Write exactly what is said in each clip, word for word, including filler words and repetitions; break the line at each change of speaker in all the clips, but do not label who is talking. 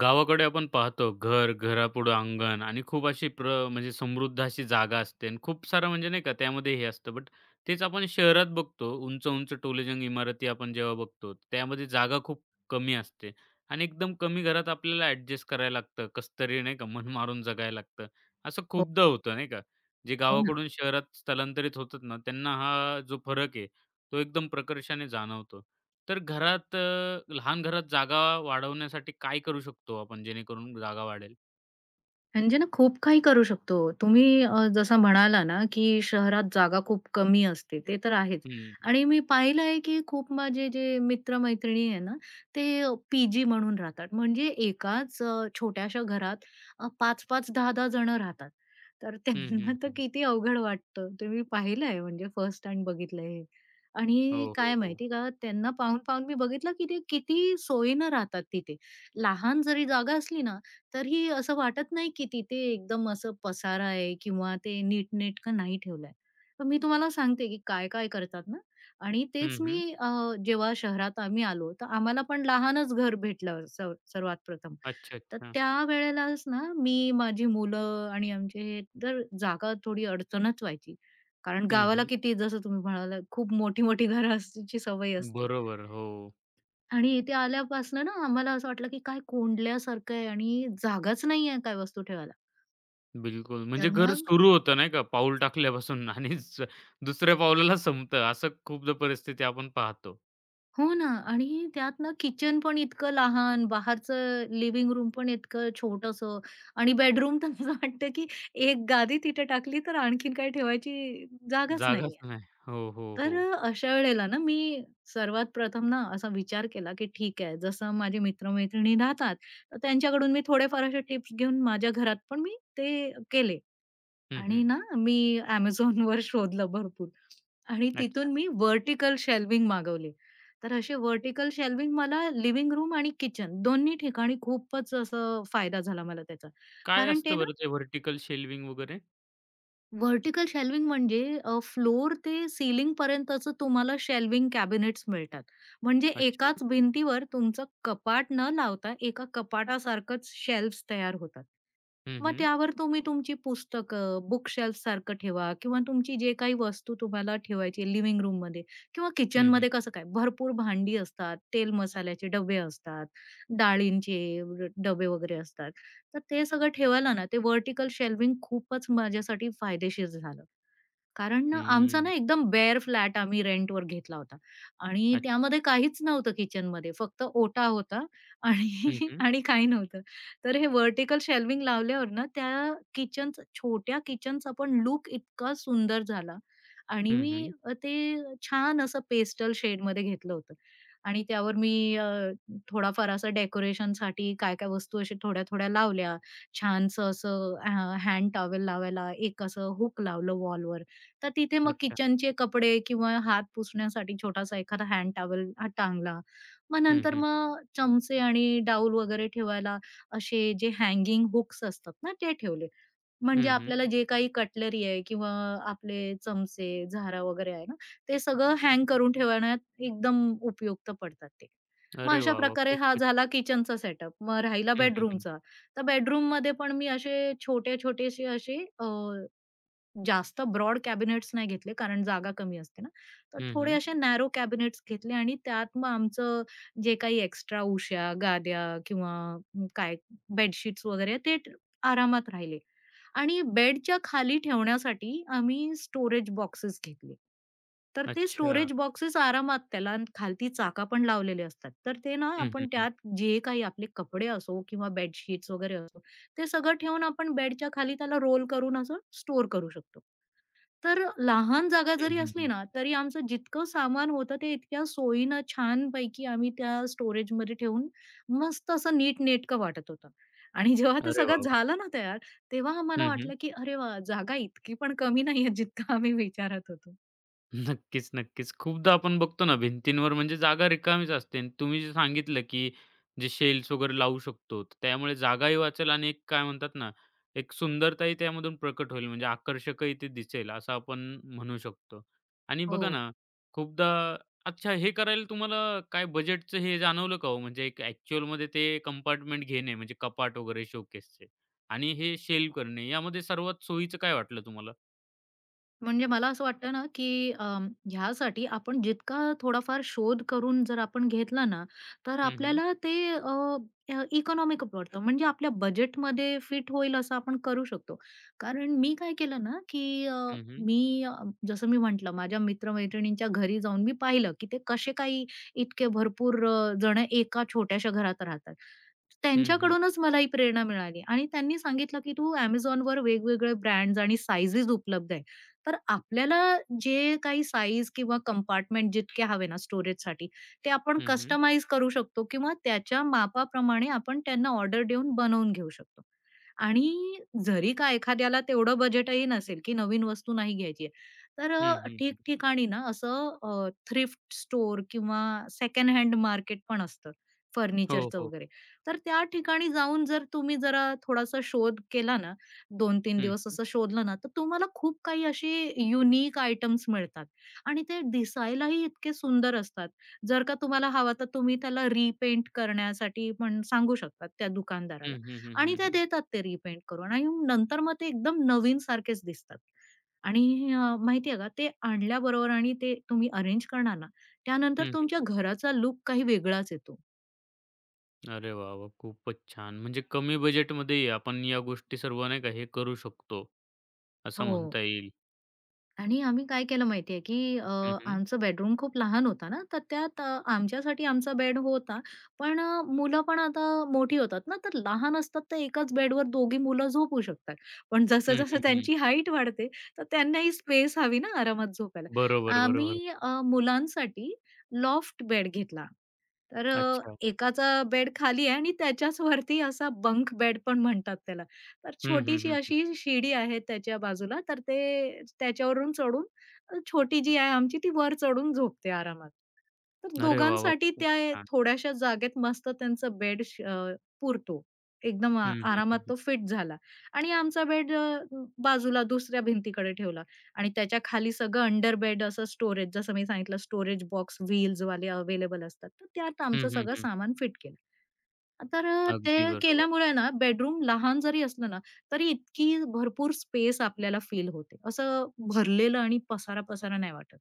गावाकडे आपण पाहतो घर, घरापुढं अंगण आणि खूप अशी प्र म्हणजे समृद्ध अशी जागा असते आणि खूप सारं म्हणजे नाही का त्यामध्ये हे असतं. बट तेच आपण शहरात बघतो. उंच-उंच टोलेजंग इमारती आपण जेव्हा बघतो, त्यामध्ये जागा खूप कमी असते आणि एकदम कमी घरात आपल्याला ॲडजस्ट करायला लागतं. कसं नाही का मन मारून जगायला लागतं. असं
हो,
खूपदा होतं नाही का. जे
हो ना.
गावाकडून शहरात स्थलांतरित होतात ना, त्यांना हा जो फरक आहे, तो एकदम प्रकर्षाने जाणवतो. तर घरात अ, लहान घरात जागा वाढवण्यासाठी काय करू शकतो आपण जेणेकरून जागा वाढेल?
म्हणजे ना खूप काही करू शकतो. तुम्ही अ, जसं म्हणाला ना, की शहरात जागा खूप कमी असते, ते तर आहेच.
हं.
आणि मी पाहिलं आहे, की खूप माझे जे मित्र-मैत्रिणी आहे ना, ते पीजी जी म्हणून राहतात. म्हणजे एकाच अ, छोट्याशा घरात अ, पाच 5 दहा दहा जण राहतात. तर
हं,
त्यांना
हं,
तर
हं.
किती अवघड वाटतं. ते मी पाहिलं आहे म्हणजे फर्स्ट हँड बघितलं हे. आणि
हो, हो,
काय
हो.
माहिती का, त्यांना पाहून-पाहून मी बघितलं, की ते किती सोयीनं राहतात तिथे. लहान जरी जागा असली ना, तरीही असं वाटत नाही की तिथे एकदम असं पसारा आहे किंवा ते नीटनेटकं नाही ठेवलंय. तर मी तुम्हाला सांगते की काय-काय करतात ना आणि
हं,
तेच
हं.
मी अ, जेव्हा शहरात आम्ही आलो, तर आम्हाला पण लहानच घर भेटलं सर्व सर्वात प्रथम.
अच्छा,
तर
अच्छा.
त्यावेळेलाच ना मी, माझी मुलं आणि आमचे हे, तर जागा थोडी अडचणच व्हायची. कारण
हं,
गावाला
हं.
किती जसं तुम्ही म्हणालात खूप मोठी-मोठी घरं असण्याची सवय असते.
बरोबर. हो.
आणि इथे आल्यापासनं ना आम्हाला असं वाटलं की काय कोंडल्यासारखं आहे आणि जागाच नाहीये काय वस्तू ठेवायला.
बिलकुल. म्हणजे
तर
घर
मग
सुरू होतं नाही का पाऊल टाकल्यापासून आणि स दुसऱ्या पाऊलाला संपतं. असं खूपदा परिस्थिती आपण पाहतो.
हो ना आणि त्यात ना किचन पण इतकं लहान, बाहेरचं लिव्हिंग रूम पण इतकं छोटंसं आणि बेडरूम तर असं वाटतं की एक गादी तिथे टाकली तर आणखीन काही ठेवायची जागाच
जागाच
नाहीये.
नाही. हो, हो,
तर
हो.
अशा वेळेला ना मी सर्वात प्रथम ना असा विचार केला की ठीक आहे जसं माझे मित्र राहतात, तर त्यांच्याकडून मी थोडेफार असे टिप्स घेऊन माझ्या घरात पण मी ते केले.
हं, हं.
आणि ना मी Amazonवर शोधलं भरपूर आणि
अच्छा.
तिथून मी व्हर्टिकल शेल्विंग मागवले. तर असे व्हर्टिकल शेल्विंग मला लिव्हिंग रूम आणि किचन दोन्ही ठिकाणी खूपच असं फायदा झाला मला त्याचा.
काय
कारण ते
असतं
ना
बरं ते व्हर्टिकल शेल्विंग वगैरे?
व्हर्टिकल शेल्विंग म्हणजे फ्लोर ते सीलिंग पर्यंतचं तुम्हाला शेल्विंग कॅबिनेट्स मिळतात. म्हणजे
अच्छा.
एकाच भिंतीवर तुमचं कपाट न लावता एका कपाटासारखंच शेल्फ्स तयार होतात.
हं,
मग
हं.
त्यावर तुम्ही तुमची पुस्तकं, बुक शेल्फसारखं ठेवा किंवा तुमची जे काही वस्तू तुम्हाला ठेवायची आहे लिव्हिंग रूममध्ये किंवा
हं, हं.
किचनमध्ये कसं काय भरपूर भांडी असतात, तेल मसाल्याचे डबे असतात, डाळींचे र- डबे वगैरे असतात. तर ते सगळं ठेवायला ना, ते व्हर्टिकल शेल्विंग खूपच माझ्यासाठी फायदेशीर झालं. कारण ना, आमचा
हं.
ना एकदम बेअर फ्लॅट आम्ही रेंटवर घेतला होता आणि
अच्छा.
त्यामध्ये काहीच नव्हतं किचनमध्ये. फक्त ओटा होता आणि
हं, हं.
आणि काही नव्हतं. तर हे व्हर्टिकल शेल्विंग लावल्यावर ना, त्या किचनचं छोट्या किचनचा पण लुक इतका सुंदर झाला आणि
हं,
मी
हं.
अ, ते छान असं पेस्टल शेडमध्ये घेतलं होतं आणि त्यावर मी अ, थोडाफार असं डेकोरेशनसाठी काय-काय वस्तू अशा थोड्या-थोड्या लावल्या. छानसं असं हँड टॉवेल लावायला एक असं हूक लावलं वॉलवर. तर तिथे मग
अच्छा.
किचनचे कपडे किंवा हात पुसण्यासाठी छोटासा एखादा हँड टॉवेल हा टांगला. मग
हं,
नंतर
हं.
मग चमचे आणि डाऊल वगैरे ठेवायला असे जे हँगिंग हुक्स असतात ना, ते ठेवले. म्हणजे
हं, हं.
आपल्याला जे काही कटलरी आहे किंवा आपले चमचे, झारा वगैरे आहे ना, ते सगळं हँग करून ठेवण्यात एकदम उपयुक्त पडतात ते. मग
अरे
अशा
वाह, वाह!
प्रकारे हा
खूपच
झाला
छान.
किचनचा सेटअप. मग राहिला
हं, हं, हं.
बेडरूमचा. तर बेडरूममध्ये पण मी असे छोटे-छोटेसे असे जास्त ब्रॉड कॅबिनेट्स नाही घेतले, कारण जागा कमी असते ना. तर
हं,
थोडे
हं.
असे नॅरो कॅबिनेट्स घेतले आणि त्यात मग आमचं जे काही एक्स्ट्रा उश्या, गाद्या किंवा म, काय बेडशीट्स वगैरे ते ट- आरामात राहिले. आणि बेडच्या खाली ठेवण्यासाठी आम्ही स्टोरेज बॉक्सेस घेतले. तर ते
अच्छा.
स्टोरेज बॉक्सेस आरामात त्याला न- खालती चाका पण लावलेले असतात. तर ते ना
हं, हं,
आपण
हं.
त्यात जे काही आपले कपडे असो किंवा बेडशीट्स वगैरे असो ते सगळं ठेवून आपण बेडच्या खाली त्याला रोल करून असं स्टोअर करू शकतो. तर लहान जागा
हं,
जरी
हं,
असली
हं.
ना, तरी आमचं जितकं सामान होतं ते इतक्या सोयीनं छानपैकी आम्ही त्या स्टोरेजमध्ये ठेवून मस्त असं नीटनेटकं वाटत होतं. आणि जेव्हा ते
अरे
सगळं
वाह, वाह!
झालं ना तयार, तेव्हा आम्हाला
हं, हं.
वाटलं की "अरे वाह! जागा इतकी पण कमी नाहीये जितका आम्ही विचारत होतो."
नक्कीच, नक्कीच. खूपदा आपण बघतो ना भिंतींवर म्हणजे जागा रिकामीच असते आणि तुम्ही जे सांगितलं, की जे शेल्फ्स वगैरे लावू शकतो. तर त्यामुळे जागाही वाचेल आणि एक काय म्हणतात ना, एक सुंदरताही त्यामधून प्रकट होईल म्हणजे आकर्षकही ते दिसेल असं आपण म्हणू शकतो. आणि
हो.
बघा ना, खूपदा अच्छा हे करायला तुम्हाला काय बजेटचं हे जाणवलं का हो? म्हणजे एक ॲक्चुअलमध्ये ते कंपार्टमेंट घेणे म्हणजे कपाट वगैरे शोकेसचे आणि हे शेल्फ करणे यामध्ये सर्वात सोयीचं काय वाटलं तुम्हाला?
म्हणजे मला असं वाटतं ना, की अं, ह्यासाठी आपण जितका थोडाफार शोध करून जर आपण घेतला ना, तर
हं, हं.
आपल्याला ते अ, अ, इकॉनॉमिक पडतं. म्हणजे आपल्या बजेटमध्ये फिट होईल असं आपण करू शकतो. कारण मी काय केलं ना, की अ,
हं, हं.
मी अ, जसं मी म्हटलं माझ्या मित्र घरी जाऊन मी पाहिलं, की ते कसे काही इतके भरपूर अ, जण एका छोट्याशा घरात राहतात.
हं, हं.
त्यांच्याकडूनच मला ही प्रेरणा मिळाली आणि त्यांनी सांगितलं, की "तू Amazonवर वेगवेगळे ब्रँड्स आणि साइझेस उपलब्ध आहेत. तर आपल्याला जे काही साईज किंवा कंपार्टमेंट जितके हवे ना स्टोरेजसाठी, ते आपण
हं,
कस्टमाइज करू शकतो किंवा त्याच्या मापाप्रमाणे आपण त्यांना ऑर्डर देऊन बनवून घेऊ शकतो. आणि जरी का एखाद्याला तेवढं बजेटही नसेल, की नवीन वस्तू नाही घ्यायची तर अ,
हं, हं, हं.
ठिकठिकाणी ना असं थ्रिफ्ट स्टोअर किंवा सेकंड हँड मार्केट पण असतं
हो,
फर्निचरचं
हो.
वगैरे. तर त्या ठिकाणी जाऊन जर तुम्ही जरा थोडासा शोध केला ना, दोन तीन
हं,
दिवस
हं.
असं शोधलं ना, तर तुम्हाला खूप काही असे युनिक आयटम्स मिळतात आणि ते दिसायलाही इतके सुंदर असतात. जर का तुम्हाला हवा तर तुम्ही त्याला रिपेंट करण्यासाठी पण सांगू शकतात त्या दुकानदाराला
हं, हं, हं,
आणि
हं,
ते
हं.
देतात ते रिपेंट करून आणि नंतर मग ते एकदम नवीनसारखेच दिसतात. आणि अ, माहिती का ते आणल्याबरोबर आणि ते तुम्ही अरेंज करणार ना, त्यानंतर
हं,
तुमच्या
हं.
घराचा लूक काही वेगळाच येतो.
अरे वाह, वाह! खूपच छान. म्हणजे कमी बजेटमध्येही आपण या गोष्टी सर्व नाही का हे करू शकतो, असं
हो.
म्हणता येईल.
आणि आम्ही काय केलं माहितीये, की अ,
हं, हं.
आमचं बेडरूम खूप लहान होता ना, तर त्यात अ, आमच्यासाठी आमचा बेड होता. पण अ, मुलं पण आता मोठी होतात ना, तर लहान असतात तर एकाच बेडवर दोघी मुलं झोपू शकतात. पण
हं,
जसं-जसं
हं, हं.
त्यांची हाईट वाढते, तर त्यांनाही स्पेस हवी ना आरामात झोपायला.
बरोबर, बरोबर.
आम्ही अ, मुलांसाठी लॉफ्ट बेड घेतला. तर अ,
अच्छा.
एकाचा बेड खाली आहे आणि त्याच्याच वरती असा बंक बेड पण म्हणतात त्याला. तर
हं, हं,
छोटीशी
हं, हं.
अशी शिडी आहे त्याच्या बाजूला, तर ते त्याच्यावरून चढून अ, छोटी जी आहे आमची ती वर चढून झोपते आरामात. तर
अरे वाह, वाह!
दोघांसाठी
खूप
त्या ए-
छान.
थोड्याशा जागेत मस्त त्यांचा बेड श अ, पुरतो. एकदम आ
हं, हं, हं,
आरामात
हं.
तो फिट झाला आणि आमचा बेड बाजूला दुसऱ्या भिंतीकडे ठेवला. आणि त्याच्या खाली सगळं अंडर बेड असं स्टोरेज जसं मी सांगितलं स्टोरेज बॉक्स, व्हील्सवाले अवेलेबल असतात. तर त्यात
हं,
आमचं
हं,
सगळं
हं.
सामान फिट केलं. तर अ,
अगदी
ते
बरोबर.
केल्यामुळे ना बेडरूम लहान जरी असलं ना, तरी इतकी भरपूर स्पेस आपल्याला फील होते. असं भरलेलं आणि पसारा-पसारा नाही वाटत.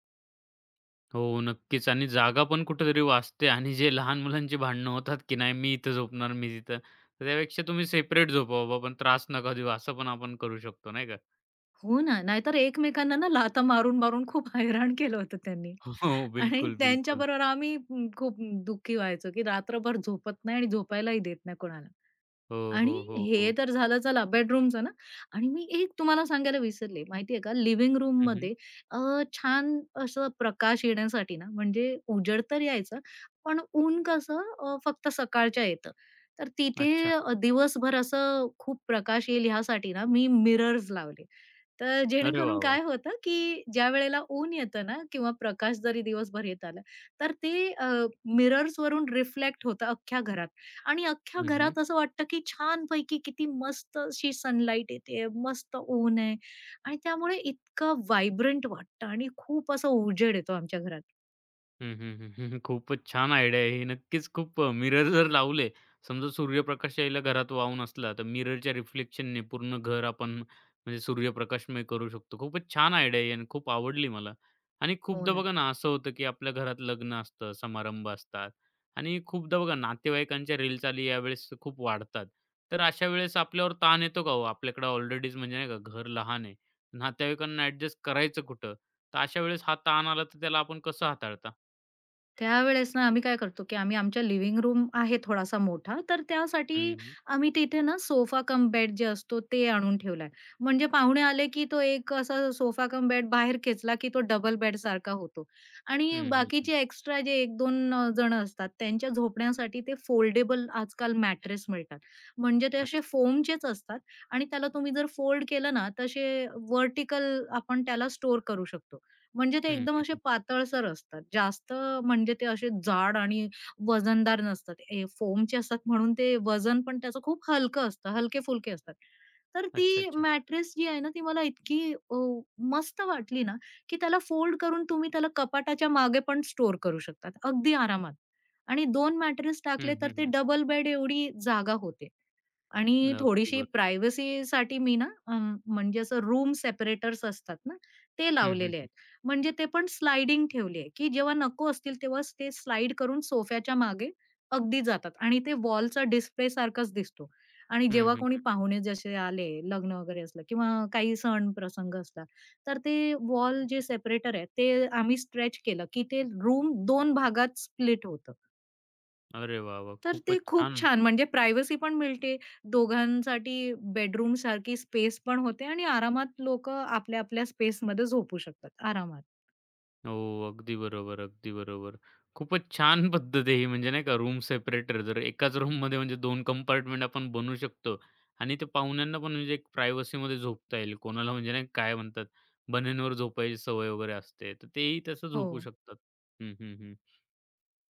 हो, नक्कीच आणि जागा पण कुठेतरी वाचते आणि जे लहान मुलांची भांडणं होतात, की नाही मी इथं झोपणार, मी तिथं. तर त्यापेक्षा तुम्ही सेपरेट झोपा बाबा, पण त्रास नका देऊ, असं पण आपण करू शकतो, नाही का?
हो ना. नाहीतर एकमेकांना ना लाथा मारून-मारून खूप हैराण केलं होतं त्यांनी.
हो,
आणि
बिलकुल, बिलकुल.
त्यांच्याबरोबर आम्ही म, खूप दुःखी व्हायचो, की रात्रभर झोपत नाही आणि झोपायलाही देत नाही कोणाला.
हो,
आणि
हो, हो,
हे
हो.
तर झालं चला बेडरूमचं ना आणि मी एक तुम्हाला सांगायला विसरले माहितीये का लिव्हिंग
हं,
रूममध्ये अ, छान असं प्रकाश येण्यासाठी ना म्हणजे उजेड तर यायचं पण ऊन कसं अ, फक्त सकाळच्या येतं. तर तिथे
अच्छा.
अ, दिवसभर असं खूप प्रकाश येईल ह्यासाठी ना मी मिरर्स लावले. तर
अरे वाह,
जेणेकरून
वाह!
काय होतं, की ज्यावेळेला ऊन येतं ना किंवा प्रकाश जरी दिवसभर येत आला, तर ते मिरर्स वरून रिफ्लेक्ट होतं अख्ख्या घरात आणि अख्ख्या
हं, हं.
घरात असं वाटतं, की छानपैकी किती मस्त अशी सनलाईट येते, मस्त ऊन आहे आणि त्यामुळे इतकं व्हायब्रंट वाटतं आणि खूप असं उजेड येतो आमच्या घरात.
हं, हं, हं, हं, हं. खूपच छान आयडिया आहे ही. नक्कीच खूप मिरर जर लावले, समजा सूर्यप्रकाश यायला घरात वाहून असला, तर मिररच्या रिफ्लेक्शनने पूर्ण घर आपण म्हणजे सूर्यप्रकाशमय करू शकतो. खूपच छान आयडिया आहे आणि खूप आवडली मला. आणि
हो
खूपदा
ना.
बघा ना, असं होतं की आपल्या घरात लग्न असतं, समारंभ असतात आणि खूपदा बघा नातेवाईकांच्या रेलचाली यावेळेस खूप वाढतात. तर अशा वेळेस आपल्यावर ताण येतो का हो? आपल्याकडे ऑलरेडीच म्हणजे नाही का घर लहान आहे. नातेवाईकांना ॲडजस्ट करायचं कुठं? तर अशा वेळेस हा ताण आला, तर त्याला आपण कसं हाताळता?
त्यावेळेस ना आम्ही काय करतो, की आम्ही आमच्या लिव्हिंग रूम आहे थोडासा मोठा, तर
हं,
त्यासाठी
हं.
आम्ही तिथे ना सोफा कम बेड जे असतो ते आणून ठेवलाय. म्हणजे पाहुणे आले, की तो एक असा सोफा कम बेड बाहेर खेचला, की तो डबल बेडसारखा होतो आणि
हं, हं, हं.
बाकीचे एक्स्ट्रा जे एक दोन अ, जण असतात त्यांच्या झोपण्यासाठी ते फोल्डेबल आजकाल मॅट्रेस मिळतात. म्हणजे ते असे
अच्छा.
फोमचेच असतात आणि त्याला तुम्ही जर फोल्ड केलं ना, तसे व्हर्टिकल आपण त्याला स्टोअर करू शकतो. म्हणजे ते
हं,
एकदम
हं,
असे
हं.
पातळसर असतात. जास्त म्हणजे ते असे जाड आणि वजनदार नसतात. ए फोमचे असतात म्हणून ते वजन पण त्याचं खूप हलकं असतं, हलके-फुलके असतात. तर
अच्छा,
ती
अच्छा.
मॅट्रेस जी आहे ना, ती मला इतकी अ, मस्त वाटली ना, की त्याला फोल्ड करून तुम्ही त्याला कपाटाच्या मागे पण स्टोअर करू शकतात, अगदी आरामात. आणि दोन मॅट्रेस टाकले
हं,
तर
हं,
ते
हं.
डबल बेड एवढी जागा होते. आणि
अगदी
थोडीशी
बरोबर.
प्रायव्हसीसाठी मी ना अं, म्हणजे असं रूम सेपरेटर्स असतात ना, ते
हं, हं,
लावलेले
हं.
आहेत. म्हणजे ते पण स्लाइडिंग ठेवली आहे, की जेव्हा नको असतील तेव्हाच ते स्लाइड करून सोफ्याच्या मागे अगदी जातात आणि ते वॉलचा डिस्प्ले सारखाच दिसतो. आणि
हं,
जेव्हा
हं,
कोणी
हं.
पाहुणे जसे आले, लग्न वगैरे असलं किंवा काही सण-प्रसंग असला, तर ते वॉल जे सेपरेटर आहे, ते आम्ही स्ट्रेच केलं, की ते रूम दोन भागात स्प्लिट होतं.
अरे वाह, वाह!
तर ते
खूपच
खूप
छान.
छान म्हणजे प्रायव्हसी पण मिळते. दोघांसाठी बेडरूमसारखी स्पेस पण होते आणि आरामात लोकं आपल्या, आपल्या स्पेसमध्ये झोपू शकतात आरामात.
हो, अगदी बरोबर, अगदी बरोबर. खूपच छान पद्धत आहे ही म्हणजे नाही का रूम सेपरेटर जर एकाच रूममध्ये म्हणजे दोन कंपार्टमेंट आपण बनवू शकतो आणि ते पाहुण्यांना पण म्हणजे एक प्रायव्हसीमध्ये झोपता येईल. कोणाला म्हणजे नाही काय म्हणतात बन्यांवर झोपायची सवय वगैरे असते. तर तेही तसं झोपू
हो.
शकतात. हं, हं, हं.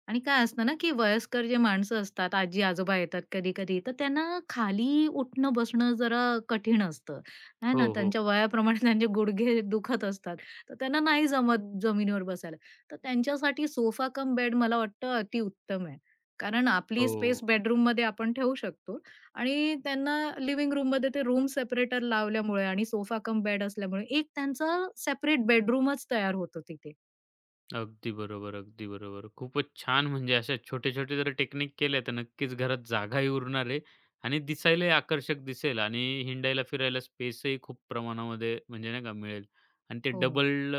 आणि काय असतं ना, की वयस्कर जे माणसं असतात, आजी-आजोबा येतात कधी-कधी, तर त्यांना खाली उठणं-बसणं जरा कठीण असतं, आहे
हो,
ना.
हो.
त्यांच्या वयाप्रमाणे त्यांचे गुडघे दुखत असतात, तर त्यांना नाही जमत जमिनीवर बसायला. तर त्यांच्यासाठी सोफा कम बेड मला वाटतं अतिउत्तम आहे. कारण
हो.
आपली स्पेस
हो.
बेडरूममध्ये आपण ठेवू शकतो आणि त्यांना लिव्हिंग रूममध्ये ते रूम सेपरेटर लावल्यामुळे आणि सोफा कम बेड असल्यामुळे एक त्यांचा सेपरेट बेडरूमच तयार होतो तिथे.
अगदी बरोबर, अगदी बरोबर. खूपच छान म्हणजे अशा छोटे-छोटे जर टेक्निक केल्या तर नक्कीच घरात जागाही उरणार आहे आणि दिसायलाही आकर्षक दिसेल आणि हिंडायला फिरायला स्पेसही खूप प्रमाणामध्ये म्हणजे नाही का मिळेल आणि ते
हो.
डबल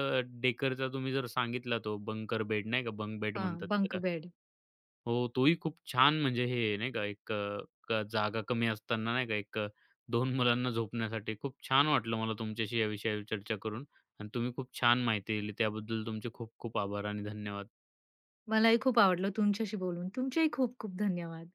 डेकरचा तुम्ही जर सांगितला, तो बंकर बेड नाही का बंक बेड
हां,
म्हणतात
बंक
त्याला.
बेड.
हो, तोही खूप छान. म्हणजे हे आहे नाही का एक अ, क जागा कमी असताना नाही का एक अ, दोन मुलांना झोपण्यासाठी खूप छान वाटलं मला तुमच्याशी या विषयावर चर्चा करून आणि तुम्ही खूप छान माहिती दिली. त्याबद्दल तुमचे खूप खूप आभार आणि धन्यवाद.
मलाही खूप आवडलं तुमच्याशी बोलून. तुमचेही खूप खूप धन्यवाद.